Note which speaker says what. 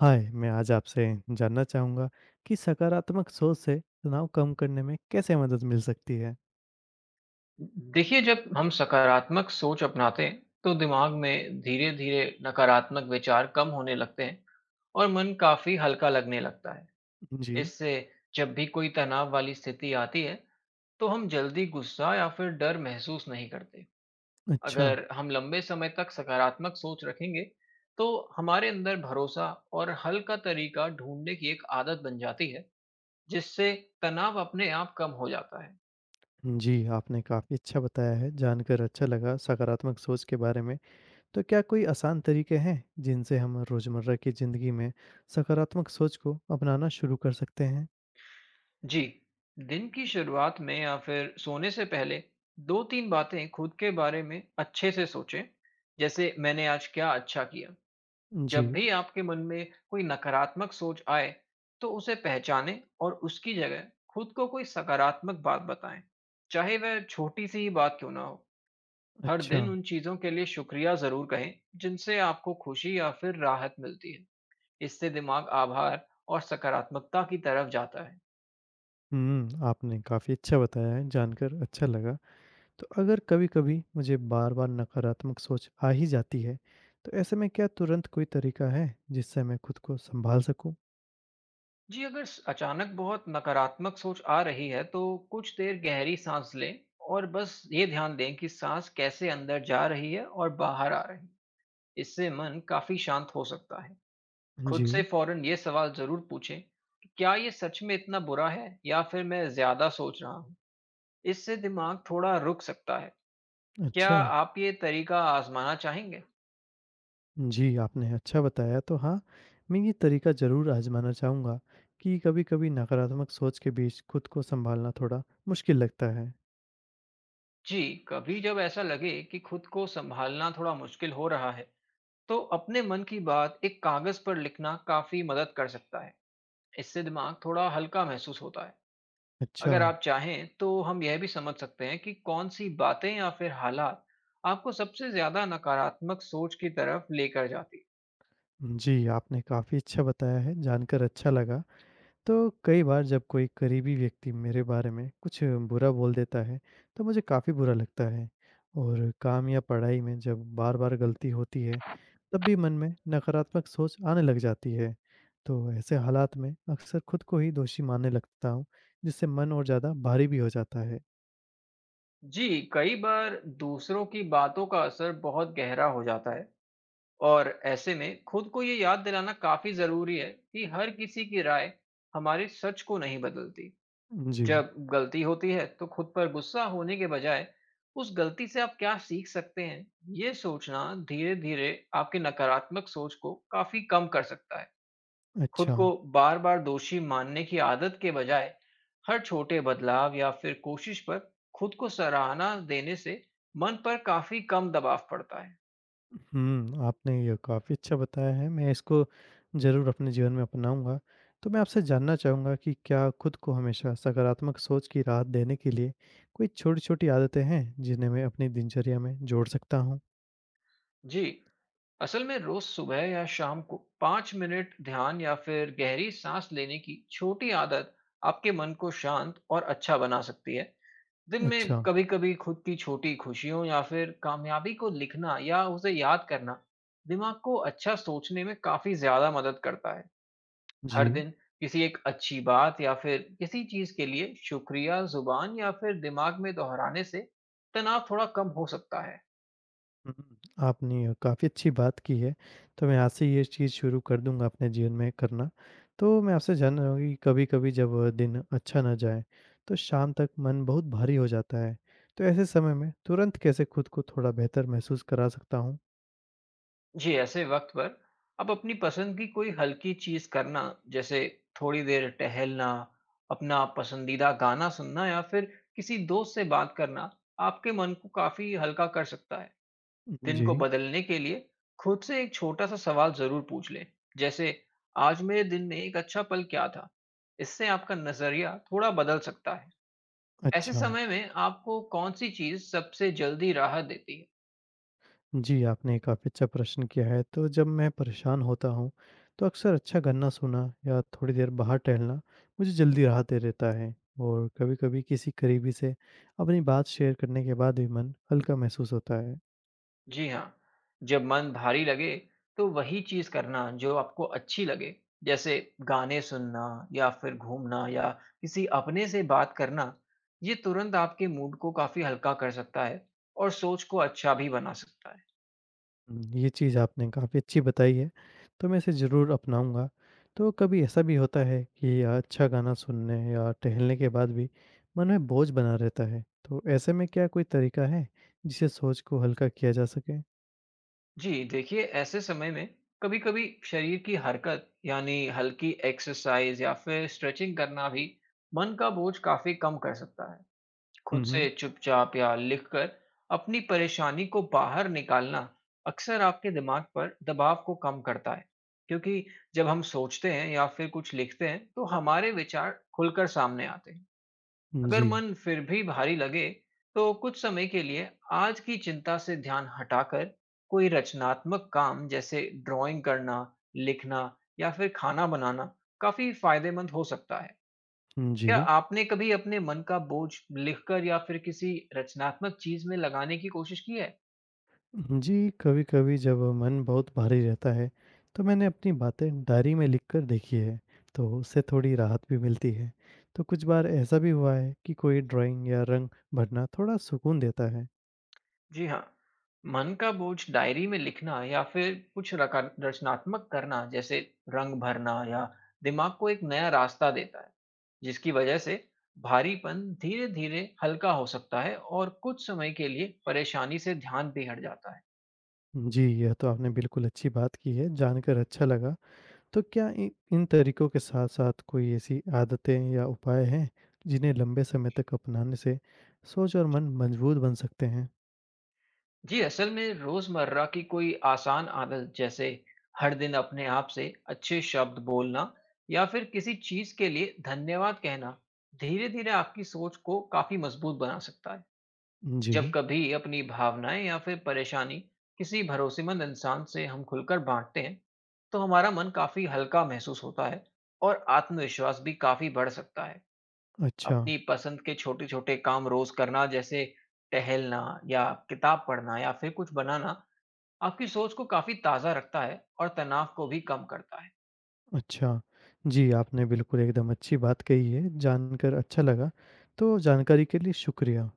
Speaker 1: हाय, मैं आज आपसे जानना चाहूँगा कि सकारात्मक सोच से तनाव कम करने में कैसे मदद मिल सकती है?
Speaker 2: देखिए, जब हम सकारात्मक सोच अपनाते हैं, तो दिमाग में धीरे-धीरे नकारात्मक विचार कम होने लगते हैं और मन काफ़ी हल्का लगने लगता है।
Speaker 1: जी।
Speaker 2: इससे जब भी कोई तनाव वाली स्थिति आती है, तो हम जल्दी गुस्सा या फिर डर महसूस नहीं करते।
Speaker 1: अच्छा।
Speaker 2: अगर हम लंबे समय तक सकारात्मक सोच रखेंगे, तो हमारे अंदर भरोसा और हल का तरीका ढूँढने की एक आदत बन जाती है, जिससे तनाव अपने आप कम हो जाता है।
Speaker 1: जी, आपने काफ़ी अच्छा बताया है, जानकर अच्छा लगा सकारात्मक सोच के बारे में। तो क्या कोई आसान तरीके हैं जिनसे हम रोज़मर्रा की ज़िंदगी में सकारात्मक सोच को अपनाना शुरू कर सकते हैं?
Speaker 2: जी। दिन की शुरुआत में या फिर सोने से पहले दो तीन बातें खुद के बारे में अच्छे से सोचें, जैसे मैंने आज क्या अच्छा किया। जब
Speaker 1: जी।
Speaker 2: भी आपके मन में कोई नकारात्मक सोच आए तो उसे पहचानें और उसकी जगह खुद को कोई सकारात्मक बात बताएं, चाहे वह छोटी सी ही बात क्यों ना हो। हर
Speaker 1: अच्छा।
Speaker 2: दिन उन चीज़ों के लिए शुक्रिया ज़रूर कहें जिनसे आपको खुशी या फिर राहत मिलती है। इससे दिमाग आभार और सकारात्मकता की तरफ जाता है।
Speaker 1: हुँ, आपने काफ़ी अच्छा बताया है, जानकर अच्छा लगा। तो अगर कभी-कभी मुझे बार-बार नकारात्मक सोच आ ही जाती है, तो ऐसे में क्या तुरंत कोई तरीका है जिससे मैं खुद को सँभाल सकूँ?
Speaker 2: जी, अगर अचानक बहुत नकारात्मक सोच आ रही है तो कुछ देर गहरी सांस लें और बस ये ध्यान दें कि सांस कैसे अंदर जा रही है और बाहर आ रही है। इससे मन काफी शांत हो सकता है। खुद से
Speaker 1: जी।
Speaker 2: फौरन ये सवाल जरूर पूछें कि क्या ये सच में इतना बुरा है या फिर मैं ज्यादा सोच रहा हूँ। इससे दिमाग थोड़ा रुक सकता है। क्या
Speaker 1: अच्छा।
Speaker 2: आप ये तरीका आजमाना चाहेंगे?
Speaker 1: जी, आपने अच्छा बताया तो हाँ, मैं ये तरीका ज़रूर आज़माना चाहूँगा कि कभी-कभी नकारात्मक सोच के बीच खुद को सँभालना थोड़ा मुश्किल लगता है।
Speaker 2: जी। कभी जब ऐसा लगे कि खुद को संभालना थोड़ा मुश्किल हो रहा है, तो अपने मन की बात एक कागज पर लिखना काफी मदद कर सकता है। इससे दिमाग थोड़ा हल्का महसूस होता है।
Speaker 1: अच्छा।
Speaker 2: अगर आप चाहें तो हम यह भी समझ सकते हैं कि कौन सी बातें या फिर हालात आपको सबसे ज्यादा नकारात्मक सोच की तरफ लेकर जाती।
Speaker 1: जी, आपने काफ़ी अच्छा बताया है, जानकर अच्छा लगा। तो कई बार जब कोई करीबी व्यक्ति मेरे बारे में कुछ बुरा बोल देता है तो मुझे काफ़ी बुरा लगता है और काम या पढ़ाई में जब बार बार गलती होती है तब भी मन में नकारात्मक सोच आने लग जाती है। तो ऐसे हालात में अक्सर खुद को ही दोषी मानने लगता हूँ जिससे मन और ज़्यादा भारी भी हो जाता है।
Speaker 2: जी, कई बार दूसरों की बातों का असर बहुत गहरा हो जाता है और ऐसे में खुद को ये याद दिलाना काफी जरूरी है कि हर किसी की राय हमारे सच को नहीं बदलती।
Speaker 1: जी।
Speaker 2: जब गलती होती है तो खुद पर गुस्सा होने के बजाय उस गलती से आप क्या सीख सकते हैं, ये सोचना धीरे धीरे आपकी नकारात्मक सोच को काफी कम कर सकता है। खुद
Speaker 1: अच्छा।
Speaker 2: को बार बार दोषी मानने की आदत के बजाय हर छोटे बदलाव या फिर कोशिश पर खुद को सराहना देने से मन पर काफी कम दबाव पड़ता है।
Speaker 1: हुँ, आपने ये काफ़ी अच्छा बताया है, मैं इसको ज़रूर अपने जीवन में अपनाऊँगा। तो मैं आपसे जानना चाहूँगा कि क्या खुद को हमेशा सकारात्मक सोच की राहत देने के लिए कोई छोटी-छोटी आदतें हैं, जिन्हें मैं अपनी दिनचर्या में जोड़ सकता हूँ?
Speaker 2: जी, असल में रोज सुबह या शाम को 5 मिनट ध्यान या फिर गहरी सांस लेने की छोटी आदत आपके मन को शांत और अच्छा बना सकती है। दिन में
Speaker 1: अच्छा।
Speaker 2: कभी कभी खुद की छोटी खुशियों या फिर कामयाबी को लिखना या उसे याद करना दिमाग को अच्छा सोचने में काफी ज्यादा मदद करता है। हर
Speaker 1: जी।
Speaker 2: दिन किसी एक अच्छी बात या फिर किसी चीज के लिए शुक्रिया जुबान या फिर दिमाग में दोहराने से तनाव थोड़ा कम हो सकता है।
Speaker 1: हुँ, आपने काफ़ी अच्छी बात की है, तो मैं आज से ये चीज़ शुरू कर दूँगा अपने जीवन में करना। तो मैं आपसे जानना चाहूँगा कि कभी-कभी जब दिन अच्छा ना जाए, तो शाम तक मन बहुत भारी हो जाता है, तो ऐसे समय में तुरंत कैसे खुद को थोड़ा बेहतर महसूस करा सकता हूँ?
Speaker 2: जी, ऐसे वक़्त पर आप अपनी पसंद की कोई हल्की चीज़ करना, जैसे थोड़ी देर टहलना, अपना पसंदीदा गाना सुनना या फिर किसी दोस्त से बात करना, आपके मन को काफ़ी हल्का कर सकता है। दिन को
Speaker 1: जी।
Speaker 2: बदलने के लिए खुद से एक छोटा-सा सवाल ज़रूर पूछ लें, जैसे आज मेरे दिन में एक अच्छा पल क्या था? इससे आपका नज़रिया थोड़ा बदल सकता है। ऐसे
Speaker 1: अच्छा।
Speaker 2: समय में आपको कौन-सी चीज़ सबसे जल्दी राहत देती है?
Speaker 1: जी, आपने काफ़ी अच्छा प्रश्न किया है। तो जब मैं परेशान होता हूँ, तो अक्सर अच्छा गाना सुनना या थोड़ी देर बाहर टहलना मुझे जल्दी राहत दे देता है। और कभी-कभी किसी करीबी से अपनी बात शेयर करने के बाद भी मन हल्का महसूस होता है।
Speaker 2: जी हाँ, जब मन भारी लगे तो वही चीज़ करना जो आपको अच्छी लगे, जैसे गाने सुनना या फिर घूमना या किसी अपने से बात करना, ये तुरंत आपके मूड को काफ़ी हल्का कर सकता है और सोच को अच्छा भी बना सकता है।
Speaker 1: हुँ, ये चीज़ आपने काफ़ी अच्छी बताई है, तो मैं इसे ज़रूर अपनाऊँगा। तो कभी ऐसा भी होता है कि अच्छा गाना सुनने या टहलने के बाद भी मन में बोझ बना रहता है, तो ऐसे में क्या कोई तरीका है, जिससे सोच को हल्का किया जा सके?
Speaker 2: जी, देखिए ऐसे समय में कभी-कभी शरीर की हरकत यानी हल्की एक्सरसाइज या फिर स्ट्रेचिंग करना भी मन का बोझ काफ़ी कम कर सकता है।
Speaker 1: हुँ,
Speaker 2: खुद
Speaker 1: हुँ।
Speaker 2: से चुपचाप या लिखकर अपनी परेशानी को बाहर निकालना अक्सर आपके दिमाग पर दबाव को कम करता है, क्योंकि जब हम सोचते हैं या फिर कुछ लिखते हैं तो हमारे विचार खुलकर सामने आते हैं। अगर
Speaker 1: जी।
Speaker 2: मन फिर भी भारी लगे तो कुछ समय के लिए आज की चिंता से ध्यान हटाकर कोई रचनात्मक काम जैसे ड्राइंग करना, लिखना या फिर खाना बनाना काफी फायदेमंद हो सकता है। क्या
Speaker 1: जी।
Speaker 2: आपने कभी अपने मन का बोझ लिखकर या फिर किसी रचनात्मक चीज में लगाने की कोशिश की है?
Speaker 1: जी, कभी-कभी जब मन बहुत भारी रहता है, तो मैंने अपनी बातें डायरी में लिख कर देखी है, तो उससे थोड़ी राहत भी मिलती है। तो कुछ बार ऐसा भी हुआ है कि कोई ड्राइंग या रंग भरना थोड़ा सुकून देता है।
Speaker 2: जी हाँ, मन का बोझ डायरी में लिखना या फिर कुछ रचनात्मक करना जैसे रंग भरना या दिमाग को एक नया रास्ता देता है, जिसकी वजह से भारीपन धीरे धीरे हल्का हो सकता है और कुछ समय के लिए परेशानी से ध्यान भी हट जाता है।
Speaker 1: जी, यह तो आपने बिल्कुल अच्छी बात की है, जानकर अच्छा लगा। तो क्या इ इन तरीकों के साथ-साथ कोई ऐसी आदतें या उपाय हैं, जिन्हें लंबे समय तक अपनाने से सोच और मन मजबूत बन सकते हैं?
Speaker 2: जी, असल में रोज़मर्रा की कोई आसान आदत जैसे हर दिन अपने आप से अच्छे शब्द बोलना या फिर किसी चीज़ के लिए धन्यवाद कहना धीरे-धीरे आपकी सोच को काफ़ी मज़बूत बना सकता है। जब
Speaker 1: जी।
Speaker 2: कभी अपनी भावनाएँ या फिर परेशानी किसी भरोसेमंद इंसान से हम खुलकर बाँटते हैं, तो हमारा मन काफ़ी हल्का महसूस होता है और आत्मविश्वास भी काफ़ी बढ़ सकता है।
Speaker 1: अच्छा।
Speaker 2: अपनी पसंद के छोटे-छोटे काम रोज़ करना जैसे टहलना या किताब पढ़ना या फिर कुछ बनाना आपकी सोच को काफ़ी ताज़ा रखता है और तनाव को भी कम करता है।
Speaker 1: अच्छा। जी, आपने बिल्कुल एकदम अच्छी बात कही है, जानकर अच्छा लगा। तो जानकारी के लिए शुक्रिया।